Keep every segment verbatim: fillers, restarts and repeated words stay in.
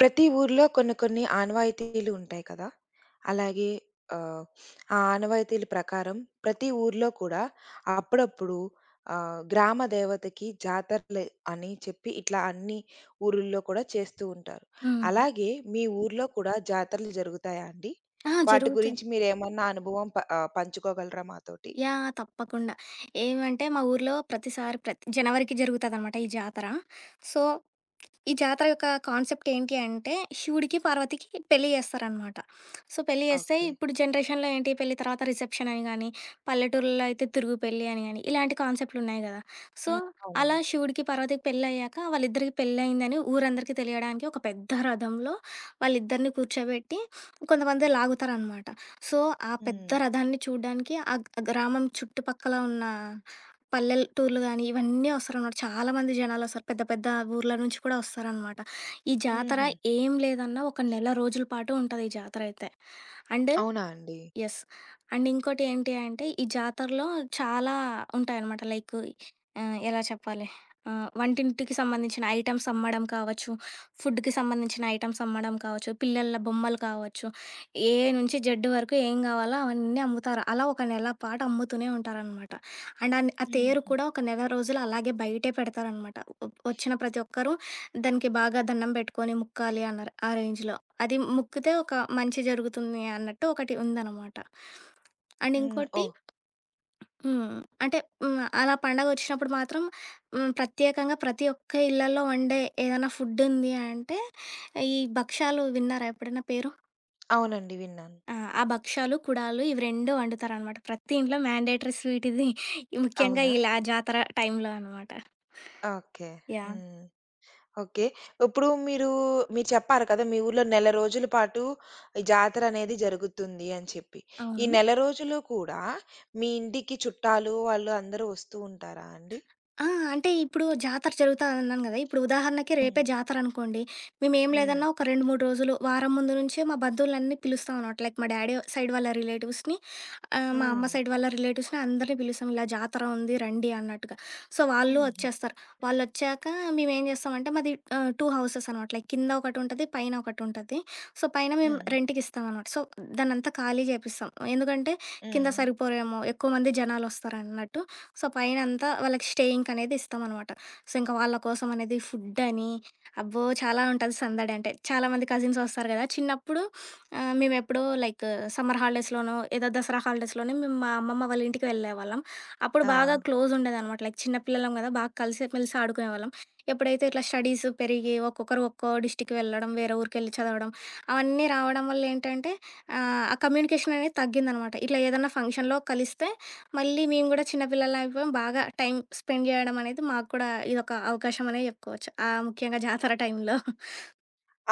ప్రతి ఊర్లో కొన్ని కొన్ని ఆనవాయితీలు ఉంటాయి కదా! అలాగే ఆహ్, ఆ ఆనవాయితీల ప్రకారం ప్రతి ఊర్లో కూడా అప్పుడప్పుడు ఆహ్, గ్రామ దేవతకి జాతరలు అని చెప్పి ఇట్లా అన్ని ఊరుల్లో కూడా చేస్తూ ఉంటారు. హ్మ్. అలాగే మీ ఊర్లో కూడా జాతరలు జరుగుతాయా అండి? ఆ! వాటి జరుగుతాయి. గురించి మీరేమన్నా అనుభవం ప ఆహ్, పంచుకోగలరా మాతోటి? యాహ్! తప్పకుండా. ఏమంటే మా ఊర్లో ప్రతిసారి ప్రతి జనవరికి జరుగుతదనమాట ఈ జాతర. సో, ఈ జాతర యొక్క కాన్సెప్ట్ ఏంటి అంటే, శివుడికి, పార్వతికి పెళ్లి చేస్తారనమాట. సో, పెళ్లి చేస్తే ఓకే. ఇప్పుడు జనరేషన్‌లో ఏంటి పెళ్లి తర్వాత రిసెప్షన్ అని గాని, పల్లెటూరులో అయితే తిరుగు పెళ్లి అని గాని, ఇలాంటి కాన్సెప్ట్‌లున్నాయి గదా! సో, హ్మ్. అలా అవునండి. శివుడికి, పార్వతికి పెళ్లయ్యాక వాళ్ళిద్దరికి పెళ్లయిందని ఊరందరికీ తెలియడానికి ఒక పెద్ద రథంలో వాళ్ళిద్దరిని కూర్చోబెట్టి కొంతమంది లాగుతారనమాట. సో, ఆ పెద్ద హ్మ్. రథాన్ని చూడ్డానికి ఆ గ్రామం చుట్టుపక్కల ఉన్న పల్లెటూర్లు గాని, ఇవన్నీ ఒస్తారనమాట. చాలా మంది జనాలొస్తారు. పెద్ద పెద్ద ఊర్ల నుంచి కూడా ఒస్తారనమాట. ఈ జాతర హుహు. ఏం లేదన్నా ఒక నెల రోజుల పాటు ఉంటది ఈ జాతరయితే. అండ్ అవునా అండి? యెస్. అండ్ ఇంకోటి ఏంటి అంటే, ఈ జాతరలో చాలా ఉంటాయనమాట. లైక్ ఆహ్, ఎలా చెప్పాలి? ఆహ్, వంటింటికి సంబంధించిన ఐటెమ్స్ అమ్మడం కావచ్చు, ఫుడ్‌కి సంబంధించిన ఐటెమ్స్ అమ్మడం కావచ్చు, పిల్లల బొమ్మలు కావచ్చు, ఏ నుంచి జెడ్ వరకు ఏం కావాలో అవన్నీ అమ్ముతారు. అలా ఒక నెల పాటు అమ్ముతూనే ఉంటారనమాట. అండ్ ఆన్ ఆ తేరు హుహు. కూడా ఒక నెల రోజులు అలాగే బయటే పెడతారనమాట. ఒ వచ్చిన ప్రతి ఒక్కరు దానికి బాగా దండం పెట్టుకొని మొక్కాలి అన్నారు ఆ రేంజ్‌లో. అది మొక్కితే ఒక మంచి జరుగుతుంది అన్నట్టు ఒకటి ఉందనమాట. అండ్ హ్మ్. ఇంకోటి ఓహ్! హ్మ్. అంటే హ్మ్. అలా పండగొచ్చినప్పుడు మాత్రం హ్మ్. ప్రత్యేకంగా ప్రతి ఒక్క ఇళ్లల్లో వండే ఏదైనా ఫుడ్డుంది అంటే, ఈ భక్షాలు విన్నారా ఎప్పుడైనా పేరు? అవునండి విన్నాను. ఆ! ఆ భక్షాలు, కుడాలు ఇవి రెండు వండుతారనమాట. ప్రతి ఇంట్లో మ్యాండేటరీ స్వీట్ ఇది. ముఖ్యంగా అవునా? ఇలా జాతర టైంలో అనమాట. ఓకే. యాహ్! హ్మ్. ఓకే. ఇప్పుడు మీరు మీరు చెప్పారు కదా! మీ ఊర్లో నెల రోజుల పాటు ఈ జాతరనేది జరుగుతుంది అని చెప్పి. ఈ అవును. నెల రోజులు కూడా మీ ఇంటికి చుట్టాలు వాళ్ళు అందరూ వస్తూ ఉంటారా అండి? ఆ! అంటే ఇప్పుడు జాతర జరుగుతాదన్నాను గదా! ఇప్పుడు ఉదాహరణకి హ్మ్. రేపే జాతరనుకోండి. మేమేం హ్మ్. లేదన్నా ఒక రెండు, మూడు రోజులు వారం ముందు నుంచే మా బంధువులన్నీ పిలుస్తామనమాట. లైక్ మా డాడీ సైడ్ వాళ్ళ రిలేటివ్స్‌ని ఆ! మా అమ్మ హ్మ్. సైడ్ వాళ్ళ రిలేటివ్స్‌ని అందరిని పిలుస్తాం. ఇలా జాతర ఉంది రండి అన్నట్టుగా. సో, వాళ్ళు హుహుహు. వచ్చేస్తారు. వాళ్ళొచ్చాక మేమేం చేస్తామంటే మాది ఆహ్, రెండు హౌసెస్ అనమాట. లైక్ కింద ఒకటుంటది. పైన ఒకటుంటది. సో, పైన మేము హ్మ్. రెంట్‌కిస్తాం అనమాట. సో, దాన్నంతా ఖాళీ చేపిస్తాం. ఎందుకంటే కింద హ్మ్. సరిపోరేమో ఎక్కువ మంది జనాలొస్తారన్నట్టు. సో, పైనంతా వాళ్ళకి స్టేయింగ్‌కనేది ఇస్తామనమాట. సో, ఇంకా వాళ్ళ కోసం అనేది ఫుడ్డని అబ్బో! చాలా ఉంటది సందడి అంటే. చాలా మంది కజిన్స్ వస్తారు కదా! చిన్నప్పుడు ఆ! మేమెప్పుడో లైక్ సమ్మర్ హాలిడేస్‌లోనో, ఏదో దసరా హాలిడేస్‌లోనే మేము మా అమ్మమ్మ వాళ్ళ ఇంటికి వెళ్ళేవాళ్ళం. అప్పుడు ఆ! బాగా క్లోజ్ ఉండేదనమాట. లైక్ చిన్న పిల్లలం గదా! బాగా కలిసిమెలిసి ఆడుకునేవాళ్ళం. ఎప్పుడైతే ఇట్లా స్టడీస్ పెరిగి ఒక్కొక్కరు ఒక్కో డిస్ట్రిక్ట్ వెళ్ళడం, వేరే ఊరికెళ్ళి చదవడం, అవన్నీ రావడం వల్ల ఏంటంటే ఆహ్, ఆ కమ్యూనికేషన్ అనేది తగ్గిందనమాట. ఇట్లా ఏదన్నా ఫంక్షన్‌లో కలిస్తే మళ్ళీ మేము గూడా చిన్న పిల్లలం అయిపోయాం. బాగా టైం స్పెండ్ జేయడం అనేది మాకు కూడా ఇదొక అవకాశం అనే జెప్పుకోవచ్చు. ఆ ముఖ్యంగా జాతర టైంలో.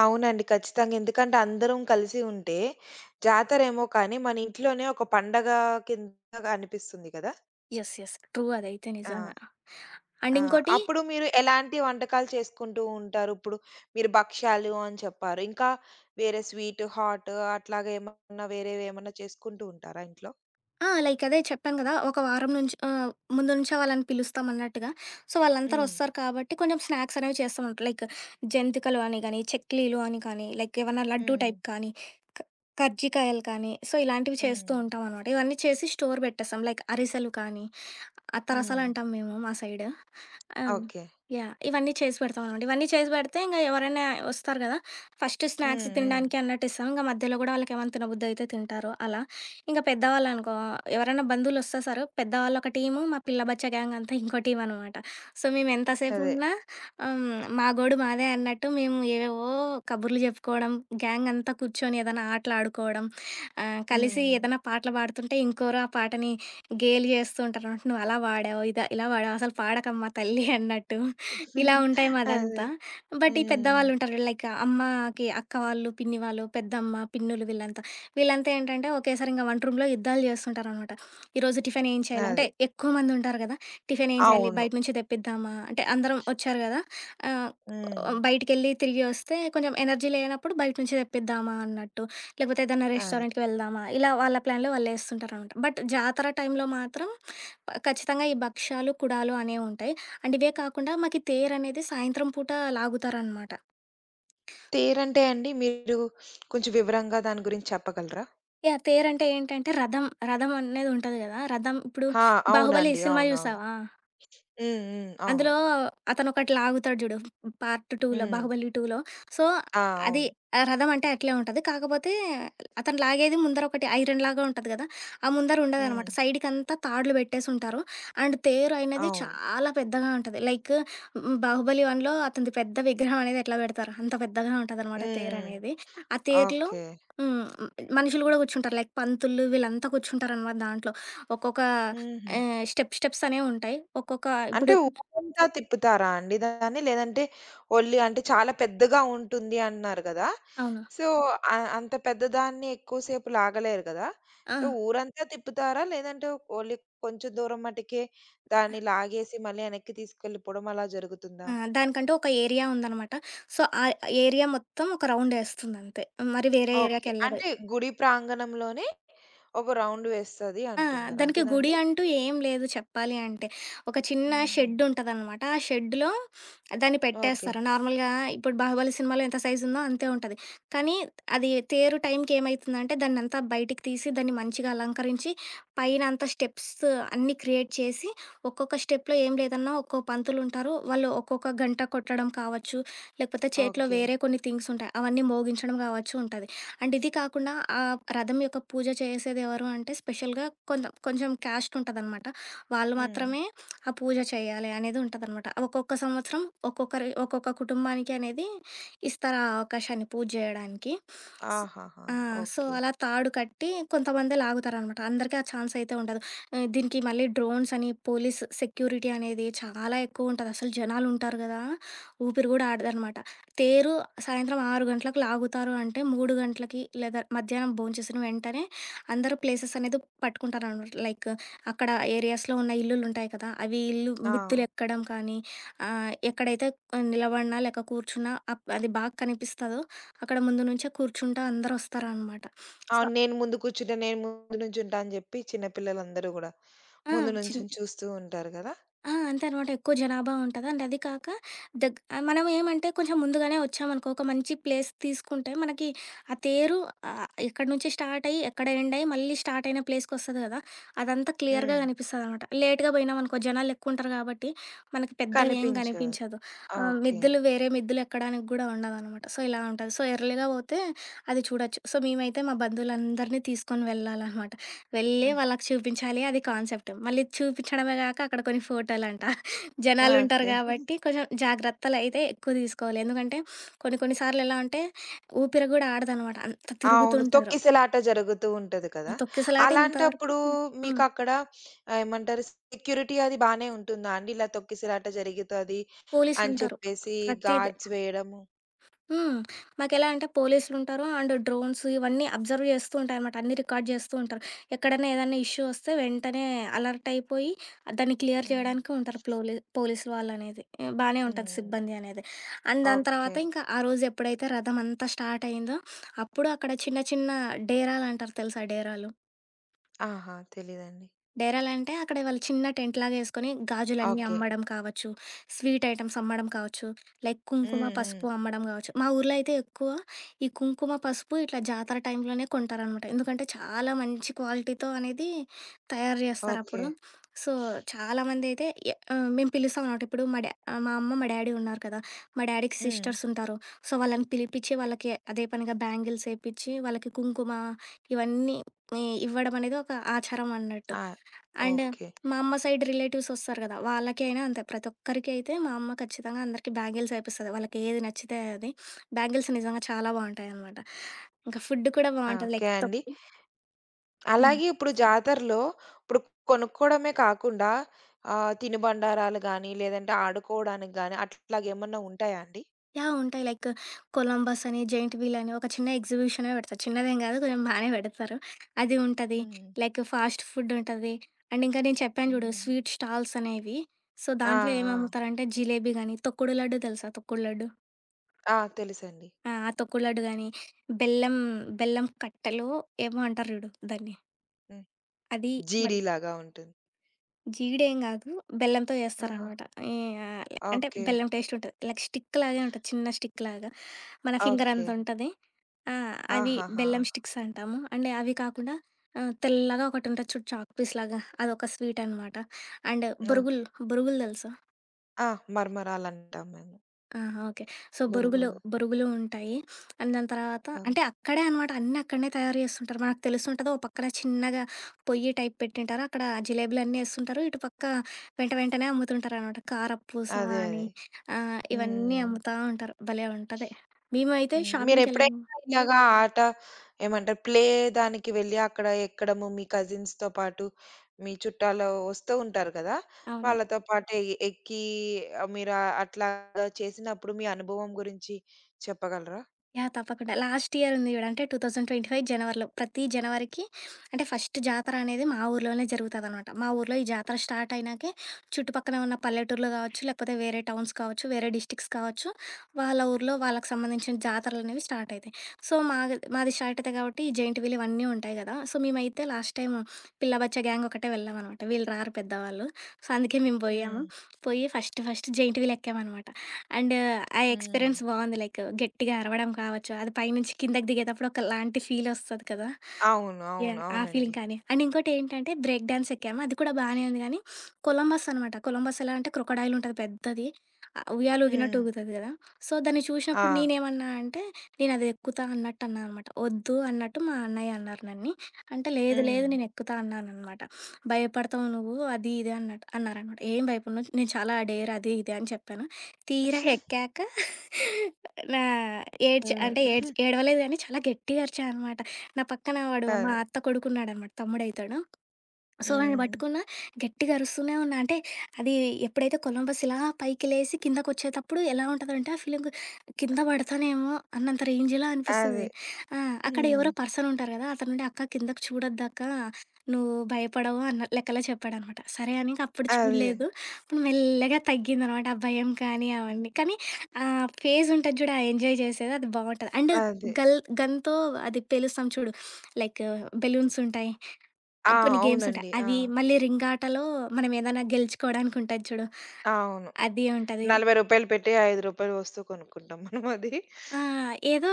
అవునండి. ఖచ్చితంగా. ఎందుకంటే అందరం కలిసి ఉంటే జాతరేమో కానీ మన ఇంట్లోనే ఒక పండగ కింద అనిపిస్తుంది కదా! యెస్. యెస్. ట్రూ అదైతే ఆ! నిజంగా. అండ్ ఆ! ఇంకోటి అప్పుడు మీరు ఎలాంటి వంటకాలు చేసుకుంటూ ఉంటారు? ఇప్పుడు మీరు భక్ష్యాలు అని చెప్పారు. ఇంకా వేరే స్వీట్, హాట్ అట్లాగా ఏమన్నా వేరేవి ఏమన్నా చేసుకుంటూ ఉంటారా ఇంట్లో? ఆ! లైక్ అదే చెప్పాను గదా! ఒక వారం నుంచి ఆహ్, ముందు నుంచే వాళ్ళని పిలుస్తాం అన్నట్టుగా. సో, వాళ్ళందరూ హ్మ్. వస్తారు కాబట్టి కొంచెం స్నాక్స్ అనేవి చేస్తాం. లైక్ జంతికలు అని గాని, చెక్లీలు అని కానీ, లైక్ ఏమన్నా లడ్డూ హ్మ్. టైప్ కానీ, క కర్జికాయలు కానీ, సో, ఇలాంటివి చేస్తూ హ్మ్. ఉంటామనమాట. ఇవన్నీ చేసి స్టోర్ పెట్టేస్తాం. లైక్ అరిసెలు కానీ, హ్మ్. అత్తరసాలంటాం మేము మా సైడ్. ఆ! ఓకే. యాహ్! ఇవన్నీ చేసి పెడతామనమాట. ఇవన్నీ చేసి పెడితే ఇంగ ఎవరైనా వస్తారు గదా! ఫస్ట్ స్నాక్స్ హ్మ్. హ్మ్. తినడానికి అన్నట్టు ఇస్తాం. ఇంక మధ్యలో గూడా వాళ్ళకేమన్నా తినబుద్దయితే తింటారు అలా. ఇంక పెద్దవాళ్ళనుకో ఎవరైనా బంధువులొస్తే సారు పెద్దవాళ్ళొక టీము, మా పిల్ల బచ్చా గ్యాంగ్ అంతా ఇంకో టీమనమాట. సో, అదే. మేమెంతసేపున్నా ఆహ్, మా గోడు మాదే అన్నట్టు మేము ఏవేవో కబుర్లు చెప్పుకోవడం, గ్యాంగ్ అంతా కూర్చొని ఏదైనా ఆటలాడుకోవడం, ఆహ్, కలిసి హ్మ్. ఏదైనా పాటలు పాడుతుంటే ఇంకోరు ఆ పాటని గేలి చేస్తూ ఉంటారు అన్నట్టు. "నువ్వు అలా వాడావు, ఇదా ఇలా వాడావు, అసలు పాడకమ్మా తల్లి" అన్నట్టు. ఇలా ఉంటాయి అదే. మాదంతా. బట్ ఈ హ్మ్. పెద్దవాళ్ళు ఉంటారు చూడు, లైక్ అమ్మకి అక్క వాళ్ళు, పిన్ని వాళ్ళు, పెద్దమ్మ, పిన్నులు వీళ్ళంతా. వీళ్ళంతా ఏంటంటే ఒకేసారి ఇంక వంట రూమ్‌లో యుద్ధాలు చేస్తుంటారనమాట. ఈరోజు టిఫిన్ ఏం చేయాలి? అంటే అదే. ఎక్కువ మంది ఉంటారు కదా! టిఫిన్ ఏం చేయాలి? అవును. బయట నుంచి తెప్పిద్దామా? అంటే అందరం వచ్చారు కదా! ఆహ్, హ్మ్. బయటికెళ్ళి తిరిగి వస్తే కొంచెం ఎనర్జీ లేనప్పుడు బయట నుంచి తెప్పిద్దామా అన్నట్టు. లేకపోతే ఏదైనా అదే. రెస్టారెంట్‌కి వెళ్దామా? ఇలా వాళ్ళ ప్లాన్‌లో వాళ్ళేస్తుంటారనమాట. బట్ జాతర టైంలో మాత్రం ప ఖచ్చితంగా ఈ భక్షాలు, కుడాలు అనేవుంటాయి. అండ్ ఇవే కాకుండా మాకి తేరనేది సాయంత్రం పూట లాగుతారనమాట. తేరంటే అండి మీరు కొంచెం వివరంగా దాని గురించి చెప్పగలరా? యాహ్! తేరంటే ఏంటంటే రథం, రథం అనేది ఉంటది గదా! రథం ఇప్పుడు ఆ! 'బాహుబలి' అవునండి. సినిమా అవునవును. చూసావా? హ్మ్. హ్మ్. అవును. అందులో అతనొకటి లాగుతాడు జూడు. పార్ట్ 2లో హ్మ్. 'బాహుబలి 2లో' సో, ఆ! అది అవును. ఆ రథం అంటే అట్లే ఉంటది. కాకపోతే అతను లాగేది ముందర ఒకటి ఐరన్ లాగా ఉంటది గదా! ఆ ముందర హ్మ్. ఉండదనమాట. సైడ్‌కంతా తాడులు బెట్టేసుంటారు. అండ్ తేరు అనేది అవును. చాలా పెద్దగా ఉంటది. లైక్ హ్మ్, 'బాహుబలి 1లో' అతనిది పెద్ద విగ్రహం అనేది ఎట్లా బెడతారో అంత పెద్దగా ఉంటదనమాట హ్మ్. హ్మ్. తేరనేది. ఆ తేరులో ఓకే. హ్మ్, మనుషులు గూడా గూర్చుంటారు. లైక్ పంతులు వీళ్ళంతా కూర్చుంటారనమాట దాంట్లో. ఒక్కొక్క హుహు. ఆహ్, స్టెప్ స్టెప్స్ అనేవుంటాయి. ఒక్కొక్క ఇప్పుడు అంటే ఊరంతా తిప్పుతారా అండి దాన్ని? లేదంటే ఓన్లీ అంటే చాలా పెద్దగా ఉంటుంది అన్నారు గదా! అవును. సో, అ అంత పెద్దదాన్ని ఎక్కువసేపు లాగలేరు గదా! ఆ! సో, ఊరంతా తిప్పుతారా? లేదంటే ఓన్లీ కొంచెం దూరం మటుకే దాన్ని లాగేసి మళ్ళీ వెనక్కి తీసుకెళ్ళిపోవడం అలా జరుగుతుందా? ఆ! దానికంటూ ఒక ఏరియా ఉందనమాట. సో, ఆ ఏరియా మొత్తం ఒక రౌండేస్తుందంతే. మరి వేరే ఓకే. ఓకే. ఏరియాకెళ్ళదు. అంటే గుడి ప్రాంగణంలోనే ఒక రౌండ్ వేస్తది ఆ! అంటున్నారు. దానికి అంతేనా గుడి అండి? అంటూ ఏం లేదు చెప్పాలి అంటే. ఒక చిన్న హ్మ్. షెడ్ ఉంటదనమాట. ఆ షెడ్‌లో దాన్ని ఓకే. పెట్టేస్తారు. నార్మల్‌గా ఇప్పుడు 'బాహుబలి' సినిమాలో ఎంత సైజ్ ఉందో అంతే ఉంటది. కానీ అది తేరు టైంకి ఏమైతుందంటే దాన్నంతా బయటికి తీసి దాన్ని మంచిగా అలంకరించి పైన అంతా స్టెప్స్ అన్నీ క్రియేట్ చేసి ఒక్కొక్క స్టెప్‌లో ఏం లేదన్నా ఒక్కో పంతులుంటారు. వాళ్ళు ఒక్కొక్క గంట కొట్టడం కావచ్చు, లేకపోతే చేతిలో ఓకే. వేరే కొన్ని థింగ్స్ ఉంటాయి. అవన్నీ మోగించడం కావచ్చు ఉంటది. అండ్ ఇది కాకుండా ఆ రథం యొక్క పూజ చేసేది ఎవరు అంటే స్పెషల్‌గా కొంత కొంచెం క్యాస్ట్ ఉంటదనమాట. వాళ్ళు హ్మ్. మాత్రమే ఆ పూజ చేయాలి అనేది ఉంటదనమాట. ఒక్కొక్క సంవత్సరం ఒక్కొక్కరి ఒక్కొక్క కుటుంబానికి అనేది ఇస్తారు ఆ అవకాశాన్ని పూజ చేయడానికి. స్ ఆహాహా! ఆ! So, okay. అలా తాడు కట్టి కొంతమందే లాగుతారనమాట. అందరికీ ఆ ఛాన్స్ అయితే ఉండదు. ఆహ్, దీనికి మళ్ళీ డ్రోన్స్ అని పోలీస్ సెక్యూరిటీ అనేది చాలా ఎక్కువుంటది. అసలు జనాలుంటారు గదా! ఊపిరి గూడా ఆడదనమాట. తేరు సాయంత్రం ఆరు గంటలకు లాగుతారు అంటే మూడు గంటలకి లేదా మధ్యాహ్నం భోంచేసిన వెంటనే అందరూ ప్లేసెస్ అనేది పట్టుకుంటారనమాట. లైక్ అక్కడ ఏరియాస్‌లో ఉన్న ఇల్లులుంటాయి కదా! అవి ఇల్లు ఆ! మిద్దెలెక్కడం కానీ ఆహ్, ఎక్కడైతే నిలబడినా లేక కూర్చున్నా అప్ అది బాగా కనిపిస్తదో అక్కడ ముందు నుంచే కూర్చుంటా అందరొస్తారనమాట. సో, అవును. నేను ముందు కూర్చుంటా, నేను ముందు నుంచుంటా అని జెప్పి చిన్న పిల్లలందరూ గూడా ఆ! ముందు చిన్ నుంచొని చూస్తూ ఉంటారు గదా! ఆ! అంతే అనమాట. ఎక్కువ జనాభా ఉంటది. అండ్ అది కాక దగ్ ఆహ్, మనం ఏమంటే కొంచెం ముందుగానే వచ్చామనుకో, ఒక మంచి ప్లేస్ తీసుకుంటే మనకి ఆ తేరు ఆహ్, ఎక్కడి నుంచి స్టార్ట్ అయ్యి, ఎక్కడ ఎండ్ అయ్యి, మళ్ళీ స్టార్ట్ అయిన ప్లేస్‌కొస్తది కదా! అదంతా క్లియర్‌గా హ్మ్. కనిపిస్తదనమాట. లేట్‌గా పోయినామనుకో జనాలు ఎక్కువుంటారు కాబట్టి, మనకి పెద్దగా ఏం కనిపించదు. కనిపించదు. ఆ! ఆహ్, ఓకే. మిద్దెలు వేరే మిద్దెలు ఎక్కడానికి గూడా ఉండవనమాట. సో, ఇలా ఉంటది. సో, ఎర్లీ‌గా పోతే అది చూడొచ్చు. సో, మేమైతే మా బంధువులందరిని తీసుకొని వెళ్ళాలనమాట. వెళ్ళి హ్మ్. వాళ్ళకి చూపించాలి అది కాన్సెప్ట్. మళ్ళీ చూపించడమే గాక అక్కడ కొన్ని ఫోటోలంట. ఆ! జనాలుంటారు ఓకే. గాబట్టి కొంచెం జాగ్రత్తలయితే ఎక్కువ తీసుకోవాలి. ఎందుకంటే కొన్ని కొన్ని సార్లు ఎలా అంటే ఊపిరి గూడా ఆడదనమాట. అంత అవును. తిరుగుతుంటారు. తొక్కిసలాట జరుగుతూ ఉంటది కదా! తొక్కిసలాట ఇంతవరకు అలాంటప్పుడు హ్మ్. మీకక్కడ ఏమంటారు సెక్యూరిటీ అది బానే ఉంటుందా అండి? ఇలా తొక్కిసలాట జరుగుతది అని పోలీసులుంటారు. చెప్పేసి ప్రతిది గార్డ్స్ వేయడము. హ్మ్. మాకెలా అంటే పోలీసులుంటారు. అండ్ డ్రోన్స్ ఇవన్నీ అబ్జర్వ్ చేస్తూ ఉంటాయనమాట. అన్నీ రికార్డ్ చేస్తూ ఉంటారు. ఎక్కడైనా ఏదన్నా ఇష్యూ వస్తే వెంటనే అలర్ట్ అయిపోయి దాన్ని క్లియర్ హ్మ్. చేయడానికి ఉంటారు ప్లోలీ పోలీసులు వాళ్ళనేది. ఆహ్, బానే ఉంటది హ్మ్. సిబ్బంది అనేది. అండ్ దాని ఓకే. తర్వాత ఇంకా ఆ రోజు ఎప్పుడైతే రథం అంతా స్టార్ట్ అయిందో, అప్పుడు అక్కడ చిన్న చిన్న డేరాలంటారు తెలుసా డేరాలు? ఆహా! తెలీదండి. డేరాలు అంటే అక్కడ వాళ్ళు చిన్న టెంట్ లాగా ఏసుకొని గాజులన్నీ ఓకే. అమ్మడం కావచ్చు, స్వీట్ ఐటెమ్స్ అమ్మడం కావచ్చు, లైక్ కుంకుమ, హ్మ్. హ్మ్. పసుపు అమ్మడం కావచ్చు. మా ఊర్లో అయితే ఎక్కువ ఈ కుంకుమ, పసుపు ఇట్లా జాతర టైంలోనే కొంటారనమాట. ఎందుకంటే చాలా మంచి క్వాలిటీతో అనేది తయారు ఓకే. చేస్తారప్పుడు. సో, చాలామందయితే ఎ ఆహ్, మేము పిలుస్తాం అనమాట. ఇప్పుడు మా డా ఆహ్, మా అమ్మ, మా డాడీ ఉన్నారు కదా! మా డాడీకి హ్మ్. సిస్టర్స్ ఉంటారు. సో, వాళ్ళని పిలిపిచ్చి వాళ్ళకి అదే పనిగా బ్యాంగిల్స్ ఏపిచ్చి, వాళ్ళకి కుంకుమ ఇవన్నీ ఇ ఇవ్వడం అనేది ఒక ఆచారం అన్నట్టు. ఆ! And okay. మా అమ్మ సైడ్ రిలేటివ్స్ ఒస్తారు గదా! వాళ్ళకి అయినా అంతే. ప్రతి ఒక్కరికి అయితే మా అమ్మ ఖచ్చితంగా అందరికి బ్యాంగిల్స్ ఏపిస్తది. వాళ్ళకి ఏది నచ్చితే అది. బ్యాంగిల్స్ నిజంగా చాలా బావుంటాయనమాట. ఇంకా ఫుడ్ కూడా ఆ! బావుంటది. ఓకే లైక్ అండి. తొప్పి హ్మ్. అలాగే ఇప్పుడు జాతరలో ఇప్పుడు కొనుక్కోవడమే కాకుండా ఆహ్, తినుబండారాలు గానీ, లేదంటే ఆడుకోవడానికి గానీ అట్లాగేమన్నా ఉంటాయా అండి? యాహ్! ఉంటాయి. లైక్ కొలంబస్ అని, జెయింట్ వీల్ అని ఒక చిన్న ఎగ్జిబిషనే పెడతారు. చిన్నదేం గాదు కొంచెం బానే పెడతారు. అది ఉంటది. హ్మ్. లైక్ ఫాస్ట్ ఫుడ్ ఉంటది. అండ్ ఇంకా నేను చెప్పాను జూడు హ్మ్. స్వీట్ స్టాల్స్ అనేవి. సో, ఆ! దాంట్లో ఆ! ఏమమ్ముతారంటే జిలేబీ గానీ, తొక్కుడు లడ్డు తెలుసా? తొక్కుడు లడ్డు. ఆ! తెలుసండి. ఆ! ఆ తొక్కులడ్డు గాని, బెల్లం బెల్లం కట్టెలో ఏమో అంటారు జూడు దాన్ని. హ్మ్. అది మన్ జీడీలాగా ఉంటుంది. జీడేం గాదు, బెల్లంతో ఆ! చేస్తారనమాట. ఈ ఆహ్, అంటే ఓకే. బెల్లం టేస్ట్ ఉంటది. లైక్ స్టిక్ లాగే ఉంటది. చిన్న స్టిక్ లాగా. మన ఫింగర్ ఓకే. అంత ఉంటది. ఆ! అవి ఆహాహా! బెల్లం స్టిక్స్ అంటాము. అండ్ అవి కాకుండా ఆహ్, తెల్లగా ఒకటుంటది చూడు చాక్ పీస్ లాగా అదొక స్వీట్ అనమాట. And okay. బొరుగులు, బొరుగులు తెలుసా? ఆ! మరమరాలంటాం మేము. ఆహా! ఓకే. సో, బొరుగులు, బురుగులు. బొరుగులు ఉంటాయి. అండ్ దాని తర్వాత అంటే ఓకే. అక్కడే అనమాట అన్నీ అక్కడనే తయారు చేస్తుంటారు. మనకు తెలిసుంటది. ఓ పక్కన చిన్నగా పొయ్యి టైప్ పెట్టింటారు. అక్కడ జిలేబులన్నీ ఏస్తుంటారు. ఇటు పక్క వెంట వెంటనే అమ్ముతుంటారనమాట. కారపూస అదే. అని అదే. ఆహ్, ఇవన్నీ హ్మ్. అమ్ముతా ఉంటారు. భలే ఉంటది. మేమైతే హ్మ్. షాపింగ్‌కెళ్ళాము. మీరెప్పుడైనా ఇలాగా ఆట ఏమంటారు? ప్లే దానికి వెళ్ళి అక్కడ ఎక్కడము మీ కజిన్స్‌తో పాటు మీ చుట్టాలు వస్తూ ఉంటారు కదా! అవునవును. వాళ్ళతో పాటు ఎ ఎక్కి ఆహ్, మీరు అట్లాగా చేసినప్పుడు మీ అనుభవం గురించి చెప్పగలరా? యాహ్! తప్పకుండా. లాస్ట్ ఇయర్ ఉంది చూడు. అంటే రెండు వేల ఇరవై ఐదు జనవరిలో. ప్రతి జనవరికి అంటే ఫస్ట్ జాతర అనేది మా ఊర్లోనే జరుగుతదనమాట. మా ఊర్లో ఈ జాతర స్టార్ట్ అయినాకే చుట్టుపక్కన ఉన్న పల్లెటూర్లు కావచ్చు, లేకపోతే వేరే టౌన్స్ కావచ్చు, వేరే డిస్ట్రిక్ట్స్ కావచ్చు, వాళ్ళ ఊర్లో వాళ్ళకి సంబంధించిన జాతరలనేవి స్టార్ట్ అయితాయి. సో, మాది మాది స్టార్ట్ అయితాయి కాబట్టి ఈ జెయింట్ వీల్ ఇవన్నీ ఉంటాయి కదా! సో, మేమైతే లాస్ట్ టైమ్ పిల్ల బచ్చా గ్యాంగ్ ఒకటే వెళ్ళామనమాట. వీళ్ళు రారు పెద్దవాళ్ళు. సో, అందుకే మేము పోయాము. హ్మ్. పోయి ఫస్ట్ ఫస్ట్ జెయింట్ వీల్ ఎక్కామనమాట. అండ్ ఆ హ్మ్. ఎక్స్‌పీరియన్స్ బావుంది. లైక్ గట్టిగా అరవడం కావచ్చు, అది పైనుంచి కిందకి దిగేతప్పుడు ఒకలాంటి ఫీలొస్తది కదా! అవును. అవును. యాహ్! ఆ అవునండి. ఫీలింగ్ కానీ. అండ్ ఇంకోటేంటంటే బ్రేక్ డాన్స్ ఎక్కాము. అది కూడా బానే ఉంది గానీ, కొలంబస్ అనమాట. కొలంబస్ ఎలా అంటే క్రొకడైల్ ఉంటది పెద్దది. ఆహ్, ఉయ్యాల ఊగినట్టు హ్మ్. ఊగుతది గదా! సో, దాన్ని ఆ! చూసినప్పుడు నేనేమన్నా అంటే, నేనది ఎక్కుతా అన్నట్టు అన్నా అనమాట. ఒద్దు అన్నట్టు మా అన్నయ్య అన్నారు నన్ని. అంటే, లేదు లేదు హ్మ్. నేనెక్కుతా అన్నాననమాట. భయపడతావు నువ్వు అది ఇది అన్నట్టు అన్నారనమాట. ఏం భయపడను నేను చాలా డేర్ అది ఇది అని చెప్పాను. తీరా ఎక్కాక నా ఏడ్చా హ్మ్. అంటే ఏడ్చ్ ఏడవలేదు గానీ చాలా గట్టిగా అరిచా అనమాట. నా పక్కన వాడు మా అదే. అత్త కొడుకున్నాడనమాట తమ్ముడైతాడు. సో, వాడిని హ్మ్. పట్టుకున్నా, గట్టిగా అరుస్తూనే ఉన్నా. అంటే, అది ఎప్పుడైతే కొలంబస్ ఇలా పైకి లేసి కిందకొచ్చేతప్పుడు ఎలా ఉంటదంటే, ఆ ఫీలింగు కింద పడతానేమో అన్నంత రేంజ్‌లో అనిపిస్తది. అదే. ఆ! అక్కడ హ్మ్. ఎవరో పర్సనుంటారు గదా! అతనుండి, "అక్క కిందకి చూడొద్దక్కా, నువ్వు భయపడవు" అన్న లెక్కలో చెప్పాడనమాట. సరే అని ఇంకప్పుడు అదే. చూడలేదు. అప్పుడు మెల్లగా తగ్గిందనమాట ఆ భయం కానీ, హ్మ్. అవన్నీ. కానీ, ఆ ఫేజుంటది చూడు, ఆ ఎంజాయ్ చేసేది అది బావుంటది. అండ్ అదే. గల్ గన్‌తో అది పేలుస్తాం చూడు, లైక్ బెలూన్సుంటాయి. ఆ! ఆహ్, కొన్ని గేమ్స్ ఉంటాయి. అవునండి. ఆ! అవి మళ్ళీ రింగ్ ఆటలో మనం ఏదైనా గెలుచుకోవడానికి ఉంటది చూడు. అవును. అది రూ. ఉంటది. నలభై పెట్టి రూ. ఐదు వస్తువు కొనుక్కుంటాం మనం అది. ఆ! ఏదో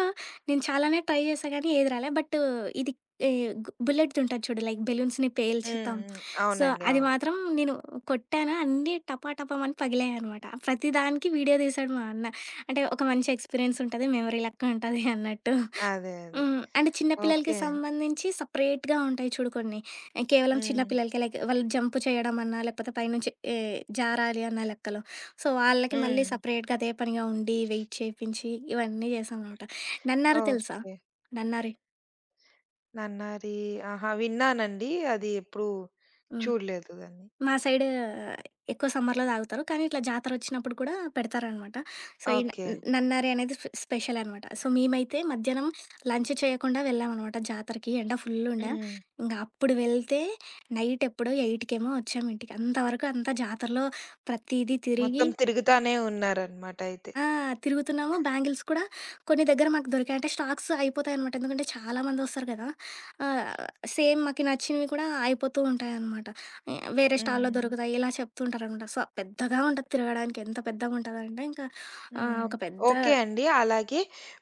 నేను చాలానే ట్రై చేశా గానీ ఏది రాలే. బట్ ఇది ఈ గు బుల్లెట్‌ది ఉంటది చూడు లైక్ బెలూన్స్‌ని హ్మ్. పేల్చుతాం. హ్మ్. సో, అవునండి. అది అవును. మాత్రం నేను కొట్టాను. అన్నీ టపా టపామని పగిలాయనమాట. ప్రతి దానికి వీడియో తీసాడు మా అన్న. అంటే ఒక మంచి ఎక్స్‌పీరియన్స్ ఉంటది. మెమరీ లెక్క ఉంటది అన్నట్టు. అదే. అదే. హ్మ్. అంటే చిన్న పిల్లలకి ఓకే అండి. సంబంధించి సెపరేట్‌గా ఉంటాయి చూడు కొన్ని. కేవలం చిన్న హ్మ్. పిల్లలకే లైక్ వాళ్ళు జంప్ చేయడం అన్నా, లేకపోతే పైనుంచి ఏ జారాలి అన్న లెక్కలో. సో, వాళ్ళకి మళ్ళీ హ్మ్. హ్మ్. సెపరేట్‌గా అదే పనిగా ఉండి, వెయిట్ చేపించి ఇవన్నీ చేశామనమాట. నన్నారి తెలుసా? ఓకే. నన్నారి. 'నన్నారి' ఆహా! విన్నానండి. అది ఎప్పుడు హ్మ్. చూడలేదు దాన్ని. మా సైడ్ ఎక్కువ సమ్మర్‌లో తాగుతారు. కానీ ఇట్లా జాతరొచ్చినప్పుడు కూడా పెడతారనమాట. సో, ఈ న ఓకే. నన్నారి అనేది స్పె స్పెషల్ అనమాట. సో, మేమైతే మధ్యాహ్నం లంచ్ చేయకుండా వెళ్ళామనమాట జాతరకి. ఎండ ఫుల్లుండే. హ్మ్. ఇంగ అప్పుడు వెళ్తే నైట్ ఎప్పుడో ఎనిమిది కేమో వచ్చాం ఇంటికి. అంతవరకు అంతా జాతరలో ప్రతీదీ తిరిగి మొత్తం తిరుగుతానే ఉన్నారనమాట అయితే. ఆ! తిరుగుతున్నాము. బ్యాంగిల్స్ కూడా కొన్ని దగ్గర మాకు దొరికాయి. అంటే స్టాక్స్ అయిపోతాయనమాట. ఎందుకంటే చాలా మందొస్తారు కదా! ఆహ్, సేమ్ మాకు నచ్చినవి కూడా అయిపోతూ ఉంటాయనమాట. ఎ వేరే స్టాల్‌లో హ్మ్. దొరుకుతాయి. ఇలా చెప్తూ ఉంటారనమాట. సో, పెద్దగా ఉంటది తిరగడానికి. ఎంత పెద్దగుంటదంటే ఇంకా ఆహ్, హ్మ్. ఒక పెద్ద ఓకే అండి. అలాగే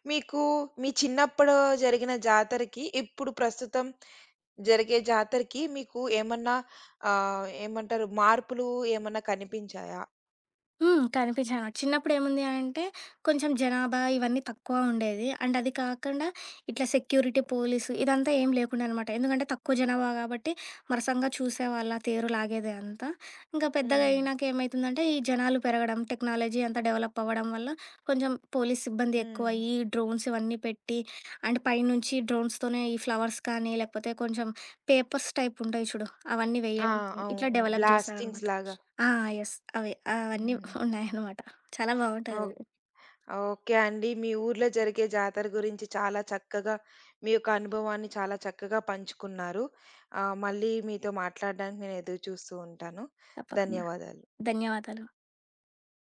మీకు మీ చిన్నప్పుడు జరిగిన జాతరకి ఇప్పుడు ప్రస్తుతం జరిగే జాతరకి మీకు ఏమన్నా ఆహ్, ఏమంటారు మార్పులు ఏమన్నా కనిపించాయా? హ్మ్. కనిపించాను. చిన్నప్పుడేముంది అంటే, కొంచెం జనాభా ఇవన్నీ తక్కువ ఉండేది. అండ్ అది కాకుండా ఇట్లా సెక్యూరిటీ, పోలీసు ఇదంతా ఏం లేకుండే అనమాట. ఎందుకంటే తక్కువ జనాభా కాబట్టి మరసంగా చూసేవాళ్ళు. ఆ తేరు లాగేది అంతా. ఇంకా పెద్దగా హ్మ్. అయినాక ఏమైతుందంటే, ఈ జనాలు పెరగడం, టెక్నాలజీ అంతా డెవలప్ అవ్వడం వల్ల కొంచెం పోలీస్ సిబ్బంది హ్మ్. ఎక్కువయ్యి, డ్రోన్స్ ఇవన్నీ పెట్టి అండ్ పైనుంచి డ్రోన్స్‌తోనే ఈ ఫ్లవర్స్ కానీ, లేకపోతే కొంచెం పేపర్స్ టైప్ ఉంటాయి చూడు అవన్నీ ఆ! వేయడం, ఇట్లా అవును. డెవలప్ బ్లాస్టింగ్స్ చేశారనమాట. లాగా. ఆ! యెస్. అవి అవన్నీ హ్మ్. ఉన్నాయన్నమాట. చాలా ఓహ్! బావుంటదది. ఓకే అండి. మీ ఊర్లో జరిగే జాతర గురించి చాలా చక్కగా మీ యొక్క అనుభవాన్ని చాలా చక్కగా పంచుకున్నారు. ఆహ్, మళ్ళీ మీతో మాట్లాడడానికి నేను ఎదురు చూస్తూ ఉంటాను. తప్పకుండా. ధన్యవాదాలు. ధన్యవాదాలు.